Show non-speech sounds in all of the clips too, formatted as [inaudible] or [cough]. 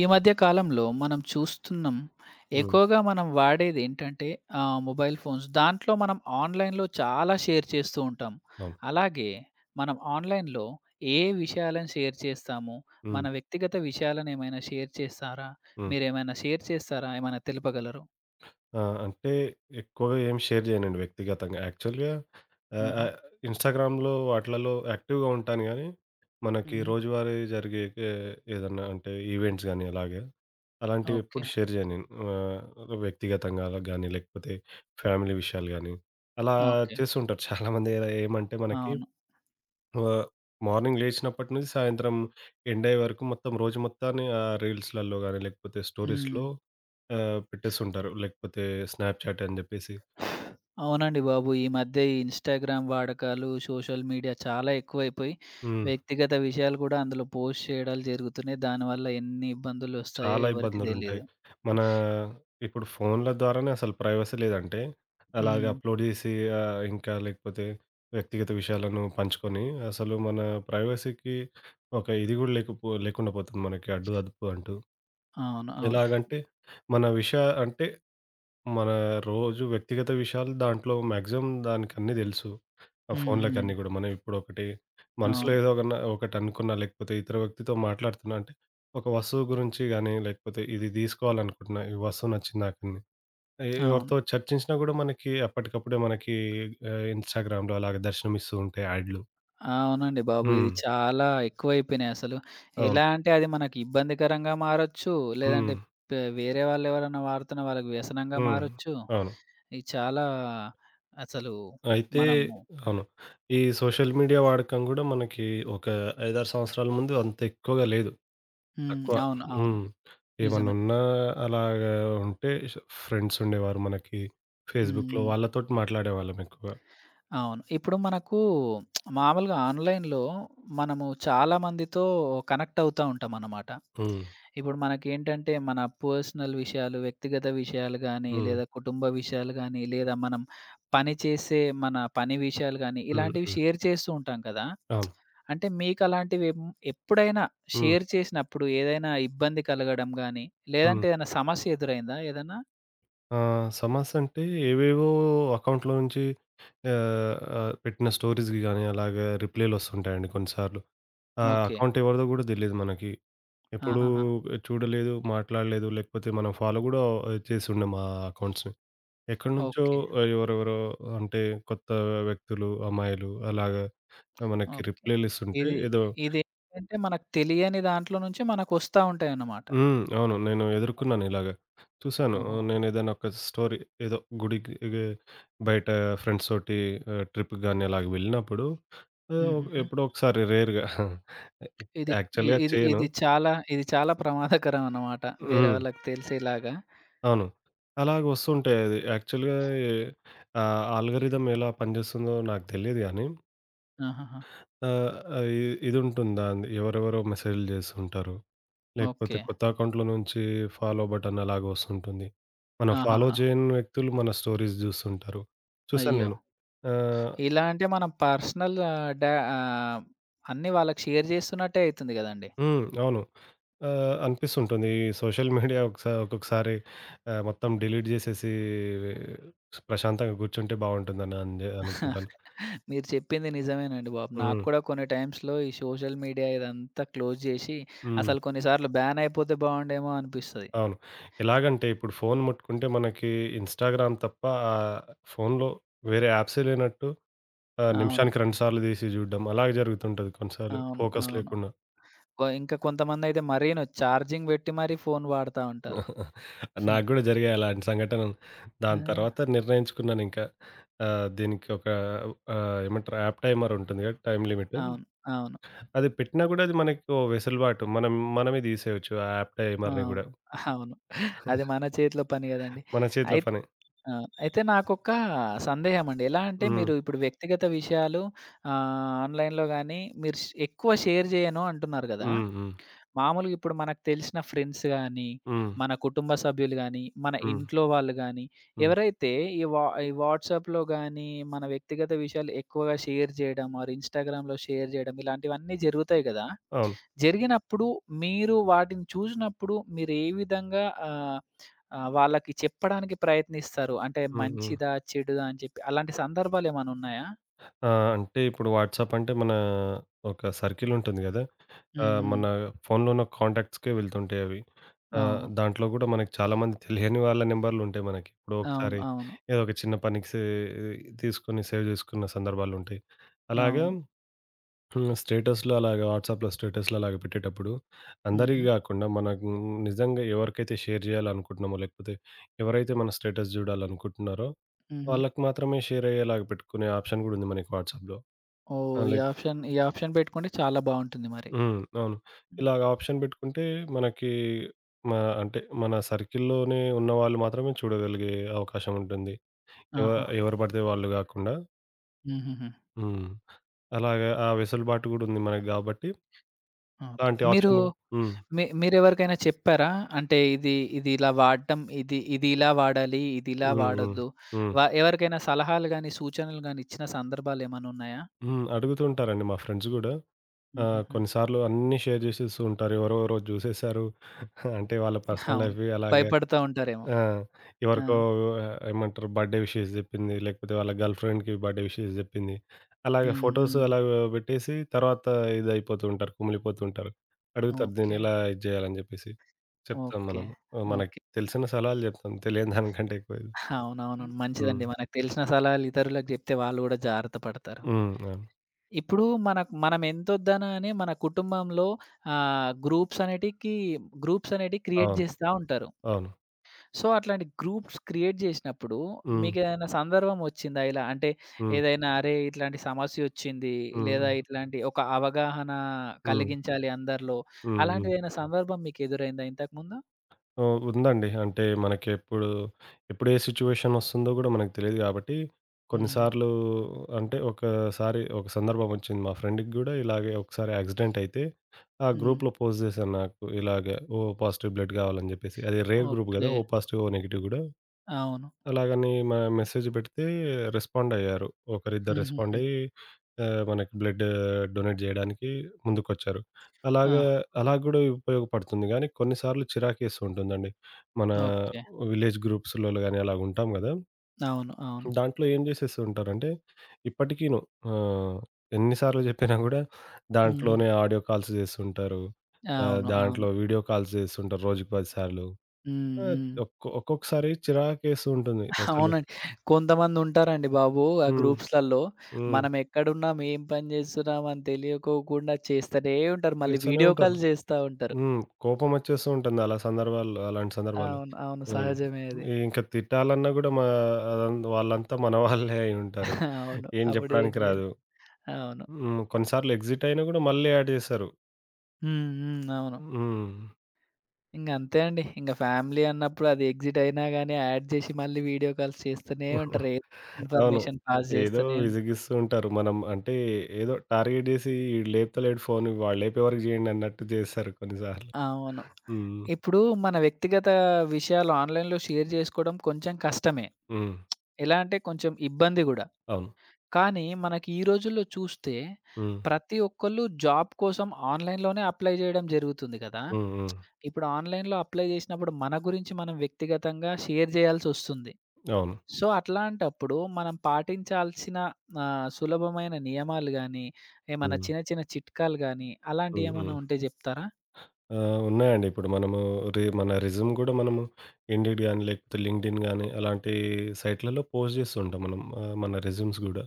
ఈ మధ్య కాలంలో మనం చూస్తున్నాం. హ్మ్. ఎక్కువగా మనం వాడేది ఏంటంటే మొబైల్ ఫోన్స్. దాంట్లో మనం ఆన్‌లైన్‌లో చాలా షేర్ చేస్తూ ఉంటాం. అవును. అలాగే మనం ఆన్‌లైన్‌లో ఏ విషయాలను షేర్ చేస్తాము? మన హ్మ్. వ్యక్తిగత విషయాలను ఏమైనా షేర్ చేస్తారా? హ్మ్. మీరేమైనా షేర్ చేస్తారా? ఏమైనా తెలుపగలరు? ఆ! అంటే ఎక్కువగా ఏం షేర్ చేయనండి వ్యక్తిగతంగా. యాక్చువల్‌గా ఆహ్, హుహు. ఆహ్, ఇన్‌స్టాగ్రామ్‌లో వాటిలలో యాక్టివ్‌గా ఉంటాను గానీ, మనకి హుహు. రోజువారీ జరిగే ఏ ఏదన్నా అంటే ఈవెంట్స్ గానీ అలాగా, అలాంటివి ఓకే. ఎప్పుడు షేర్ చేయను నేను. వ్యక్తిగతంగా అలా గానీ లేకపోతే ఫ్యామిలీ విషయాలు గానీ, అలా ఓకే. చేస్తుంటారు చాలామంది ఏమంటే మనకి. అవును. ఆ! మార్నింగ్ లేచినప్పటి నుంచి సాయంత్రం ఎండ్ అయ్యే వరకు మొత్తం రోజు మొత్తాన్ని ఆ రీల్స్‌లలో గాని, లేకపోతే హ్మ్. స్టోరీస్‌లో పెట్టేస్తుంటారు. లేకపోతే స్నాప్‌చాట్ అని జెప్పేసి. అవునండి బాబు. ఈ మధ్య ఈ ఇన్‌స్టాగ్రామ్ వాడకాలు, సోషల్ మీడియా చాలా ఎక్కువైపోయి, హ్మ్. వ్యక్తిగత విషయాలు కూడా అందులో పోస్ట్ చేయడాలు జరుగుతున్నాయి. దానివల్ల ఎన్ని ఇబ్బందులొస్తాయో చాలా ఎవరికీ ఇబ్బందులుంటాయి. తెలీదు. మన ఇప్పుడు ఫోన్‌ల ద్వారానే అసలు ప్రైవసీ లేదంటే, అలాగ హ్మ్. అప్‌లోడ్ జేసి ఇంకా లేకపోతే వ్యక్తిగత విషయాలను పంచుకొని, అసలు మన ప్రైవసీకి ఒక ఇది గూడా లేకుండా పోతుంది మనకి అడ్డు అదుపు అంటూ. అవును. అవును. ఎలాగంటే మన విషయ అంటే మన రోజు వ్యక్తిగత విషయాలు దాంట్లో మాక్సిమం దానికన్నీ తెలుసు. ఆ హ్మ్. హ్మ్. ఫోన్లకన్నీ గూడా. మనం ఇప్పుడొకటి మనసులో అవును. ఏదో ఒకటనుకున్నా, లేకపోతే ఇతర వ్యక్తితో మాట్లాడుతున్నా అంటే, ఒక వస్తువు గురించి గానీ, లేకపోతే ఇది తీసుకోవాలనుకుంటున్నా, ఈ వస్తువు నచ్చింది నాకని. అవును. ఎవరితో చర్చించినా గూడా మనకి అప్పటికప్పుడే మనకి ఇన్‌స్టాగ్రామ్‌లో అలాగే దర్శనమిస్తూ ఉంటాయి యాడ్‌లు. అవునండి బాబు. ఇది హ్మ్. చాలా ఎక్కువైపోయినాయి అసలు. అవును. ఎలా అంటే అది మనకి ఇబ్బందికరంగా మారొచ్చు. లేదంటే హ్మ్. వేరే వాళ్ళెవరన్నా వాడుతున్న వాళ్ళకి వ్యసనంగా హ్మ్. మారొచ్చు. అవును. ఇది చాలా అసలు అయితే మనము అవును. ఈ సోషల్ మీడియా వాడకం గూడా మనకి ఒక 5, 6 సంవత్సరాల ముందు అంత ఎక్కువగా లేదు. హ్మ్. తక్కువ. అవును. అవును. హ్మ్. నిజమే. ఏమన్నున్నా అలాగా ఉంటే ఫ్రెండ్స్ ఉండేవారు మనకి హ్మ్. ఫేస్‌బుక్‌లో. హ్మ్. వాళ్ళతోటి మాట్లాడేవాళ్ళం ఎక్కువగా. అవును. ఇప్పుడు మనకు మామూలుగా ఆన్‌లైన్‌లో మనము చాలా మందితో కనెక్ట్ అవుతా ఉంటామన్నమాట. హ్మ్. ఇప్పుడు మనకేంటంటే మన పర్సనల్ విషయాలు, వ్యక్తిగత విషయాలు గానీ, హ్మ్. లేదా కుటుంబ విషయాలు గానీ, లేదా మనం పని చేసే మన పని విషయాలు గానీ, హ్మ్. ఇలాంటివి హ్మ్. షేర్ చేస్తూ ఉంటాం కదా! అవును. అంటే మీకలాంటివి ఎప్పుడైనా హ్మ్. షేర్ చేసినప్పుడు ఏదైనా ఇబ్బంది కలగడం గానీ, హ్మ్. లేదంటే ఏదైనా సమస్య ఎదురైందా ఏదన్నా? ఆహ్, సమాస్ అంటే ఏవేవో అకౌంట్‌లో నుంచి ఆహ్, ఆహ్, పెట్టిన స్టోరీస్‌కి గానీ అలాగా రిప్లైలొస్తుంటాయండి కొన్నిసార్లు. ఆ ఓకే. అకౌంట్ ఎవరిదో గూడా తెలీదు మనకి. ఎప్పుడూ ఆహాహా! చూడలేదు, మాట్లాడలేదు, లేకపోతే మనం ఫాలో గూడా చేసి ఉండం ఆ అకౌంట్స్‌ని. ఎక్కడినుంచో ఓకే. ఎవరెవరో అంటే కొత్త వ్యక్తులు, అమ్మాయిలు అలాగా మనకి ఓకే. రిప్లైలు ఇస్తుంటే ఇది ఏదో. ఇదేంటంటే మనకు తెలియని దాంట్లో నుంచి మనకొస్తా ఉంటాయన్నమాట. హ్మ్. అవును. నేను ఎదుర్కొన్నాను ఇలాగ. చూసాను. ఓహోహో! నేనేదైనా ఒక స్టోరీ ఏదో గుడికి ఏ, బయట ఫ్రెండ్స్ తోటి ట్రిప్‌కి గాని అలాగ వెళ్ళినప్పుడు హుహుహు. ఎప్పుడో ఒకసారి రేర్‌గా ఇది ఇ యాక్చువల్‌గా ఇది చేయను. ఇది చాలా ఇది చాలా ప్రమాదకరం అన్నమాట. వేరే హ్మ్. వాళ్ళకి తెలిసేలాగా. అవును. అలాగ వస్తుంటాయి అది. యాక్చువల్‌గా ఆల్గోరిథం ఎలా పనిచేస్తుందో నాకు తెలియదు గానీ. ఆహాహా! ఆ! ఆహ్, ఇదుంటుందా అండి? ఎవరెవరో మెసేజ్‌లు జేస్తుంటారు. లేకపోతే ఓకే. కొత్త అకౌంట్‌లో నుంచి ఫాలో బటన్ అలాగ వస్తుంటుంది. మనం ఫాలో ఆహాహా! చేయని వ్యక్తులు మన స్టోరీస్ జూస్తుంటారు. చూసాను అయ్యో! నేను. ఆహ్, ఇలా అంటే మనం పర్సనల్ అన్నీ వాళ్ళకి షేర్ చేస్తున్నట్టే అయితుంది గదండీ. హ్మ్. అవును. అనిపిస్తుంటుంది. ఈ సోషల్ మీడియా ఒక్కొక్కసారి మొత్తం డిలీట్ జేసేసి ప్రశాంతంగా గూర్చుంటే బావుంటుందని అని అనుకుంటాను. [laughs] మీరు చెప్పింది నిజమేనండి బాబు. నాకు హ్మ్. కూడా కొన్ని టైమ్స్‌లో ఈ సోషల్ మీడియా ఇదంతా క్లోజ్ జేసి హ్మ్. అసలు కొన్ని సార్లు బ్యాన్ అయిపోతే బావుండేమో అనిపిస్తది. అవును. ఎలాగంటే ఇప్పుడు ఫోను ముట్టుకుంటే మనకి ఇన్‌స్టాగ్రామ్ తప్ప ఆహ్, ఫోనులో వేరే యాప్సే లేనట్టు అవును. నిమిషానికి 2 సార్లు తీసి చూడడం అలాగే జరుగుతుంటది కొన్నిసార్లు అవును. ఫోకస్ అవును. లేకుండా. ఇంకా కొంతమందయితే మరీను చార్జింగ్ పెట్టి మరీ ఫోను వాడతా ఉంటారు. [laughs] హ్మ్. నాకు గూడా జరిగాయి అలాంటి సంఘటనలు. ఆ! దాని తర్వాత నిర్ణయించుకున్నానింకా దీనికి ఒక ఏమంటారు యాప్ టైమర్ ఉంటుంది కదా! Time limit. అవును. అవును. అది పెట్టినా గూడా అది మనకి ఓ వెసులుబాటు. మనమే తీసేయొచ్చు ఆ యాప్ టైమర్‌ని అవును. గూడా. అవును. అది మన చేతిలో పని గదండీ. మన చేతిలో అయి పనే. ఆ! అయితే నాకొక సందేహమండి. ఎలా అంటే హ్మ్. మీరు ఇప్పుడు వ్యక్తిగత విషయాలు ఆన్‌లైన్‌లో గాని మీరు ఎక్కువ షేర్ జేయను అంటున్నారు గదా! హ్మ్. హ్మ్. మామూలుగా ఇప్పుడు మనకు తెలిసిన ఫ్రెండ్స్ గానీ, హ్మ్. మన కుటుంబ సభ్యులు గానీ, మన హ్మ్. ఇంట్లో వాళ్ళు గానీ, హ్మ్. ఎవరైతే ఈ వాట్సాప్‌లో గానీ, మన వ్యక్తిగత విషయాలు ఎక్కువగా షేర్ చేయడం ఆర్ ఇన్‌స్టాగ్రామ్‌లో షేర్ చేయడం ఇలాంటివన్నీ జరుగుతాయి గదా! అవును. జరిగినప్పుడు మీరు వాటిని చూసినప్పుడు మీరు ఏ విధంగా ఆహ్, ఆహ్, వాళ్ళకి చెప్పడానికి ప్రయత్నిస్తారు? అంటే హ్మ్. హ్మ్. మంచిదా? చెడుదా? అని చెప్పి అలాంటి సందర్భాలేమైనా ఉన్నాయా? ఆ! అంటే ఇప్పుడు వాట్సాప్ అంటే మన ఒక సర్కిల్ ఉంటుంది గదా! హ్మ్. ఆహ్, హ్మ్. మన ఫోన్‌లో ఉన్న కాంటాక్ట్స్‌కే వెళ్తుంటాయి అవి. ఆహ్, అవును. దాంట్లో గూడా మనకి చాలామంది తెలియని వాళ్ళ నెంబర్‌లుంటాయి మనకి. ఇప్పుడు అవును. ఒకసారి అవును. ఏదో ఒక చిన్న పనికి తీసుకొని సేవ్ జేసుకున్న సందర్భాలుంటాయి. అలాగా. అవును. హ్మ్. స్టేటస్‌లో అలాగా వాట్సాప్‌లో స్టేటస్‌లో అలాగ పెట్టేటప్పుడు అందరివి హుహు. గాకుండా మనకు నిజంగా ఎవరికైతే షేర్ జేయాలనుకుంటున్నామో, లేకపోతే ఎవరైతే మన స్టేటస్ జూడాలనుకుంటున్నారో హుహు. వాళ్ళకి మాత్రమే షేర్ అయ్యేలాగా పెట్టుకునే ఆప్షన్ గూడా ఉంది మనకి వాట్సాప్‌లో. ఆ! ఓహ్! ఈ లైక్. ఆప్షన్ ఈ ఆప్షన్ పెట్టుకుంటే చాలా బావుంటుంది మరి. హ్మ్. అవును. హ్మ్. ఇలాగ ఆప్షన్ పెట్టుకుంటే మనకి మ అంటే మన సర్కిల్‌లోనే ఉన్నవాళ్ళు మాత్రమే చూడగలిగే అవకాశం ఉంటుంది. ఎవ ఆహాహా! ఎవరు పడితే వాళ్ళు గాకుండా. హుహుహు. హ్మ్. అలాగే ఆ వెసులుబాటు గూడా ఉంది మనకు గాబట్టి, ఓకే. అలాంటి మీరు ఆప్షన్‌ని. హ్మ్. మీ మీరెవరికైనా చెప్పారా? అంటే ఇది ఇది ఇలా వాడటం, ఇది ఇది ఇలా వాడాలి, ఇది ఇలా హ్మ్. హ్మ్. వాడొద్దు. హ్మ్. ఎవరికైనా సలహాలు గాని, సూచనలు గాని ఇచ్చిన సందర్భాలేమన్నా ఉన్నాయా? హ్మ్. అడుగుతూ ఉంటారండి మా ఫ్రెండ్స్ గూడా. హుహుహు. కొన్నిసార్లు అన్నీ షేర్ జేసేస్తూ ఉంటారు. ఎవరెవరో జూసేశారు. అంటే వాళ్ళ పర్సనల్ అవును. లైఫ్‌వి అలాగే. భయపడతా ఉంటారేమో. ఆ! ఆ! ఎవరికో ఏమంటారు బర్త్‌డే విషెస్ జెప్పింది. లేకపోతే వాళ్ళ గర్ల్ ఫ్రెండ్‌కి బర్త్‌డే విషెస్ జెప్పింది. అలాగే హ్మ్. ఫోటోస్ హ్మ్. అలాగ బెట్టేసి తర్వాత ఇదయిపోతూ ఉంటారు. కుమిలిపోతూ ఉంటారు. అడుగుతారు ఓకే. దీన్నెలా ఇది జేయాలని జెప్పేసి. చెప్తాం ఓకే. మనము. మనకు ఓకే. తెలిసిన సలహాలు జెప్తాం. తెలియని దానికంటే ఎక్కువ ఇది. అవునవును. హ్మ్. మంచిదండి. మనకు తెలిసిన సలహాలు ఇతరులకు జెప్తే వాళ్ళు గూడా జాగ్రత్త పడతారు. హ్మ్. అవును. ఇప్పుడు మనకు మనం ఎంతొద్దనా అని మన కుటుంబంలో ఆహ్, గ్రూప్స్ అనేటికి గ్రూప్స్ అనేటివి క్రియేట్ అవును. చేస్తా ఉంటారు. అవును. సో, అట్లాంటి గ్రూప్స్ క్రియేట్ చేసినప్పుడు హ్మ్. మీకేదైనా సందర్భం వచ్చిందా ఇలా? అంటే హ్మ్. ఏదైనా అరే! ఇట్లాంటి సమస్యొచ్చింది హ్మ్. లేదా ఇట్లాంటి ఒక అవగాహన హ్మ్. కలిగించాలి అందరిలో. హ్మ్. హ్మ్. అలాంటిదేదైనా సందర్భం మీకు ఎదురైందా ఇంతకుముందు? ఓ ఉందండి. అంటే మనకెప్పుడు, ఎప్పుడు ఎప్పుడు ఏ సిచ్యువేషన్ వస్తుందో గూడా మనకు తెలీదు గాబట్టి, హ్మ్. కొన్నిసార్లు అంటే ఒకసారి ఒక సందర్భం వచ్చింది. మా ఫ్రెండ్‌కి గూడా ఇలాగే ఒకసారి యాక్సిడెంట్ అయితే, ఆ హ్మ్. గ్రూప్‌లో పోస్ట్ జేశాను నాకు. ఇలాగ ఓ పాజిటివ్ బ్లడ్ గావాలని జెప్పేసి. అది రేర్ గ్రూప్ ఓకే. గదా! ఓ పాజిటివ్, ఓ నెగెటివ్ గూడా. అవును. అలాగని మెసేజ్ పెడితే రెస్పాండయ్యారు. ఒకరిద్దరు హుహుహు. రెస్పాండయ్యి మనకి బ్లడ్ డొనేట్ జేయడానికి ముందుకొచ్చారు. ఆ! అలాగా. అలా గూడా ఉపయోగపడుతుంది గానీ, కొన్నిసార్లు చిరాకేస్తూ ఉంటుందండి. మన ఓకే. విలేజ్ గ్రూప్స్‌లో గానీ అలాగుంటాం గదా! అవును. అవును. దాంట్లో ఏం జేసేస్తూ ఉంటారంటే, ఇప్పటికీను ఆహ్, ఎన్ని సార్లు జెప్పినా గూడా హుహు. దాంట్లోనే ఆడియో కాల్స్ జేస్తుంటారు. అవును. అవును. దాంట్లో వీడియో కాల్స్ జేస్తుంటారు రోజుకి 10 సార్లు. హ్మ్. ఆహ్, హ్మ్. ఒక్కొక్కసారి చిరాకేస్తూ ఉంటుంది అసలు. అవునండి. కొంతమందుంటారండి బాబు ఆ హ్మ్. గ్రూప్స్‌లల్లో. హ్మ్. మనం ఎక్కడున్నాం, ఏం పని చేస్తున్నాం అని తెలియకోకుండా చేస్తనే ఉంటారు. మళ్ళీ చేస్తూనే వీడియో ఉంటారు. కాల్ చేస్తా ఉంటారు. హ్మ్. కోపమొచ్చేస్తూ ఉంటుంది అలాంటి సందర్భాల్లో. అవును. అవును. అవును. సహజమే అది. ఇంక తిట్టాలన్నా గూడా మా అదం వాళ్ళంతా మన వాళ్ళే అయ్యుంటారు. [laughs] అవును. ఏం అప్పుడు ఏం జెప్పడానికి చేయాలి? రాదు. అవును. హ్మ్. కొన్ని సార్లు ఎగ్జిట్ అయినా గూడా మళ్ళీ యాడ్ జేశారు. హ్మ్. హ్మ్. అవును. హ్మ్. ఇంక అంతే అండి. ఇంక ఫ్యామిలీ అన్నప్పుడు అది ఎగ్జిట్ అయినా గాని యాడ్ చేసి మళ్ళీ వీడియో కాల్స్ చేస్తూనే ఉంటారు. ఏ అవును. ఇన్ఫర్మేషన్ పాస్ ఏదో చేస్తూనే ఉంటారు. విసిగిస్తూ ఉంటారు. మనం అంటే ఏదో టార్గెట్ జేసి ఈడు లేపుతలేడు ఫోను వాడు లేపే వరకు జేయండి అన్నట్టు జేస్తారు కొన్ని సార్లు. అవును. హ్మ్. ఇప్పుడు మన వ్యక్తిగత విషయాలు ఆన్‌లైన్‌లో షేర్ చేసుకోవడం కొంచెం కష్టమే. హ్మ్. ఎలా అంటే కొంచెం ఇబ్బంది గూడా. అవును. కానీ మనకి ఈ రోజుల్లో చూస్తే హ్మ్. ప్రతి ఒక్కళ్ళు జాబ్ కోసం ఆన్‌లైన్‌లోనే అప్లై చేయడం జరుగుతుంది కదా! హ్మ్. హ్మ్. ఇప్పుడు ఆన్‌లైన్‌లో అప్లై చేసినప్పుడు మన గురించి మనం వ్యక్తిగతంగా షేర్ చేయాల్సొస్తుంది. అవును. సో, అట్లాంటప్పుడు మనం పాటించాల్సిన సులభమైన నియమాలు గాని, ఏమన్నా హ్మ్. చిన్న చిన్న చిట్కాలు గాని హ్మ్. అలాంటియేమన్నా హ్మ్. ఉంటే జెప్తారా? ఆ! ఉన్నాయండి. ఇప్పుడు మనము మన రెజ్యూమ్ గూడా మనము ఇండీడ్ గాని, లేకపోతే లింక్డ్ఇన్ గాని అలాంటి సైట్‌లలో పోస్ట్ చేస్తూ ఉంటాం మనం. ఆహ్, మన రెజ్యూమ్స్ గూడా.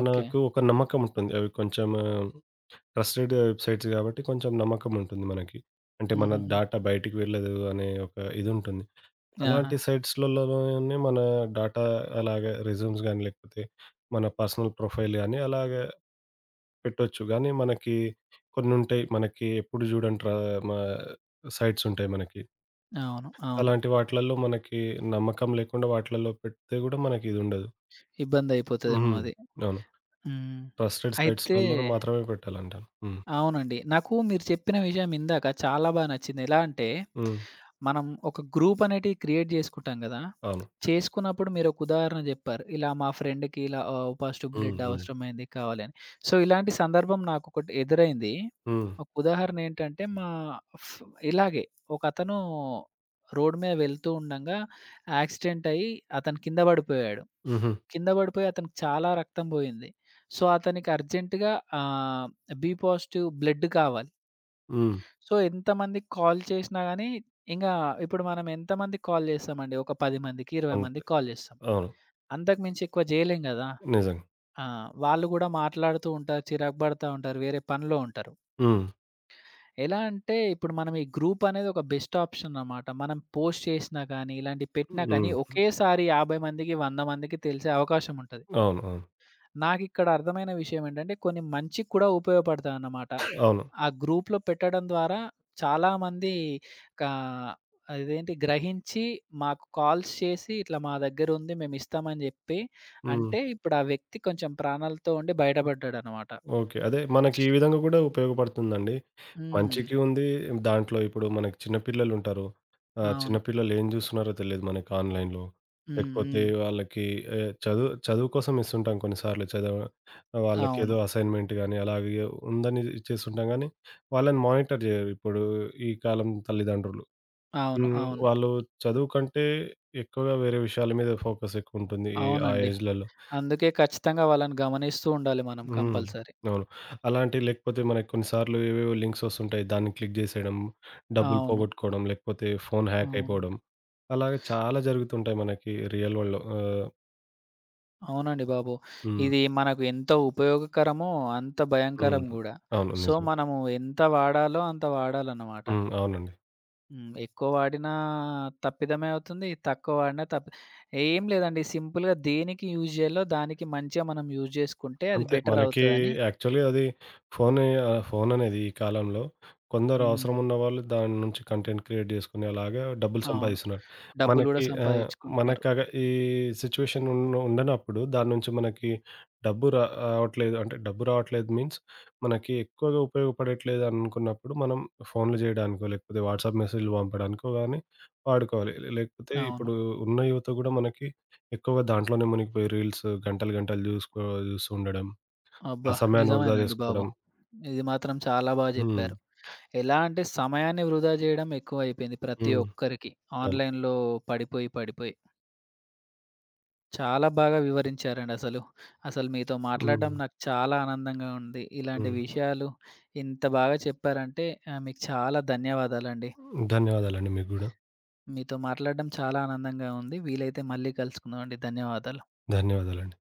ఓకే. ఒక నమ్మకం ఉంటుంది. అవి కొంచెం ట్రస్టెడ్ వెబ్‌సైట్స్ గాబట్టి కొంచెం నమ్మకం ఉంటుంది మనకి. అంటే మన హుహుహు. డాటా బయటికి వెళ్ళదు అనే ఒక ఇది ఉంటుంది. ఆహా! అలాంటి సైట్స్‌లలోనే మన డాటా అలాగే రెజ్యూమ్స్ గాని, లేకపోతే మన పర్సనల్ ప్రొఫైల్ గాని అలాగే పెట్టొచ్చు. గానీ మనకి కొన్నుంటాయి. మనకి ఎప్పుడు జూడని ట్రా మా సైట్స్ ఉంటాయి మనకి. అవును. అవును. అలాంటి వాటిలల్లో మనకి నమ్మకం లేకుండా వాటిలల్లో పెడితే గూడా మనకి ఇదుండదు. ఇబ్బందయిపోతదేమో హ్మ్. అది. అవును. హ్మ్. ట్రస్టెడ్ అయితే సైట్స్‌లలో మాత్రమే పెట్టాలంటాను. హ్మ్. అవునండి. నాకు మీరు చెప్పిన విషయం ఇందాక చాలా నచ్చింది. ఎలా అంటే, హ్మ్. మనం ఒక గ్రూప్ అనేటివి క్రియేట్ జేసుకుంటాం గదా! అవును. చేసుకున్నప్పుడు మీరొక ఉదాహరణ జెప్పారు. ఇలా మా ఫ్రెండ్‌కి ఇలా పాజిటివ్ హ్మ్. బ్లడ్ హ్మ్. అవసరమైంది కావాలని. సో, ఇలాంటి సందర్భం నాకొకటి ఎదురైంది. హ్మ్. ఒక ఉదాహరణ ఏంటంటే, మా ఫ్ ఇలాగే ఒకతను రోడ్ మీద వెళ్తూ ఉండంగా యాక్సిడెంట్ అయ్యి అతను కింద పడిపోయాడు. హుహు. కింద పడిపోయి అతనికి చాలా రక్తం పోయింది. సో, అతనికి అర్జెంట్‌గా ఆహ్, బి పాజిటివ్ బ్లడ్ కావాలి. హ్మ్. సో, ఎంతమందికి కాల్ చేసినా గానీ, ఇంగా ఇప్పుడు మనం ఎంతమందికి కాల్ చేస్తామండి? ఒక 10 మందికి, 20 అంతే. మందికి కాల్ చేస్తాం. అవును. అంతకు మించి ఎక్కువ చేయలేం గదా! నిజంగా. ఆ! వాళ్ళు గూడా మాట్లాడుతూ ఉంటారు, చిరాకు పడతా ఉంటారు, వేరే పనిలో ఉంటారు. హ్మ్. ఎలా అంటే, ఇప్పుడు మనం ఈ గ్రూప్ అనేది ఒక బెస్ట్ ఆప్షన్ అన్నమాట. మనం పోస్ట్ చేసినా కానీ, ఇలాంటివి పెట్టినా కానీ, హ్మ్. ఒకేసారి 50 మందికి, 100 మందికి తెలిసే అవకాశం ఉంటది. అవును. అవును. నాకిక్కడ అర్థమైన విషయం ఏంటంటే, కొన్ని మంచికి కూడా ఉపయోగపడతాయన్నమాట. అవును. ఆ గ్రూప్‌లో పెట్టడం ద్వారా చాలామంది కా అదేంటి గ్రహించి మాకు కాల్స్ చేసి, "ఇట్లా మా దగ్గరుంది మేమిస్తామని" జెప్పి హ్మ్. అంటే ఇప్పుడు ఆ వ్యక్తి కొంచెం ప్రాణాలతో ఉండి బయటపడ్డాడనమాట. ఓకే. అదే మనకి ఈ విధంగా గూడా ఉపయోగపడుతుందండి. హ్మ్. మంచికి ఉంది. దాంట్లో ఇప్పుడు మనకి చిన్న పిల్లలుంటారు. చిన్న అవును. పిల్లలు ఏం జూస్తున్నారో తెలీదు మనకి ఆన్‌లైన్‌లో. హ్మ్. లేకపోతే హ్మ్. వాళ్ళకి చదువు చదువు కోసం ఇస్తుంటాం కొన్నిసార్లు అవును. వాళ్ళకేదో అసైన్‌మెంట్ గాని అలాగే ఉందని ఇచ్చేస్తుంటాం గానీ, వాళ్ళని మానిటర్ జేయరు ఇప్పుడు ఈ కాలం తల్లిదండ్రులు. అవును. హ్మ్. అవును. వాళ్ళు చదువు కంటే ఎక్కువగా వేరే విషయాల మీద ఫోకస్ ఎక్కువుంటుంది. ఆ అవునండి. ఏజ్‌లలో. అందుకే ఖచ్చితంగా వాళ్ళని గమనిస్తూ ఉండాలి మనం హ్మ్. కంపల్సరీ. అవును. లేకపోతే మనకి కొన్నిసార్లు ఏవేవో లింక్స్ వస్తుంటాయి. దాన్ని క్లిక్ జేసేయడం, డబ్బులు అవును. పోగొట్టుకోవడం, లేకపోతే ఫోన్ హ్యాక్ అవును. అయిపోవడం. అలాగే చాలా జరుగుతుంటాయి మనకి రియల్ వరల్డ్‌లో. అవునండి బాబు. హ్మ్. ఇది మనకు ఎంత ఉపయోగకరమో అంత భయంకరం హ్మ్. గూడా. అవును. సో, నిజం. మనము ఎంత వాడాలో అంత వాడాలన్నమాట. హ్మ్. అవునండి. హ్మ్. ఎక్కువ వాడినా తప్పిదమే అవుతుంది. తక్కువ వాడినా తప్పి ఏం లేదండి. సింపుల్‌గా దేనికి యూజ్ జేయాలో దానికి మంచిగా మనం యూజ్ జేసుకుంటే అది అంతే. బెటర్ మనకి అవుతదని యాక్చువల్‌గా అది ఫోన్ ఫోన్ అనేది ఈ కాలంలో కొందరు హ్మ్. అవసరం ఉన్నవాళ్ళు దాని నుంచి కంటెంట్ క్రియేట్ చేసుకొని అలాగా డబ్బులు అవును. సంపాదిస్తున్నారు. డబ్బులు గూడా మనకి సంపాదించుకుంటున్నారు. మనకగా ఈ సిట్యుయేషన్ ఉండనప్పుడు దాని నుంచి మనకి డబ్బు రా రావట్లేదు అంటే డబ్బు రావట్లేదు మీన్స్ మనకి ఎక్కువగా ఉపయోగపడట్లేదు అనుకున్నప్పుడు మనం ఫోన్లు చేయడానికో, లేకపోతే వాట్సాప్ మెసేజ్‌లు పంపడానికో గాని వాడుకోవాలి. లేకపోతే అవును. ఇప్పుడు ఉన్న యువత కూడా మనకి ఎక్కువగా దాంట్లోనే మునిగిపోయి రీల్స్ గంటలు గంటలు చూస్తూ ఉండడం. అబ్బా! ఆ సమయాన్ని వృధా నిజమేనండి బాబు. జేసుకోవడం. ఇది మాత్రం చాలా బాగా హ్మ్. జెప్పారు. ఎలా అంటే సమయాన్ని వృధా జేయడం ఎక్కువైపోయింది ప్రతి హ్మ్. ఒక్కరికి. అవును. ఆన్‌లైన్‌లో పడిపోయి, పడిపోయి. చాలా బాగా వివరించారండి అసలు. అసలు మీతో మాట్లాడడం హ్మ్. నాకు చాలా ఆనందంగా ఉంది. ఇలాంటి హ్మ్. విషయాలు ఇంత బాగా చెప్పారంటే మీకు చాలా ధన్యవాదాలండి. ధన్యవాదాలండి మీకు గూడా. మీతో మాట్లాడడం చాలా ఆనందంగా ఉంది. వీలైతే మళ్ళీ కలుసుకుందామండి. ధన్యవాదాలు. ధన్యవాదాలండి.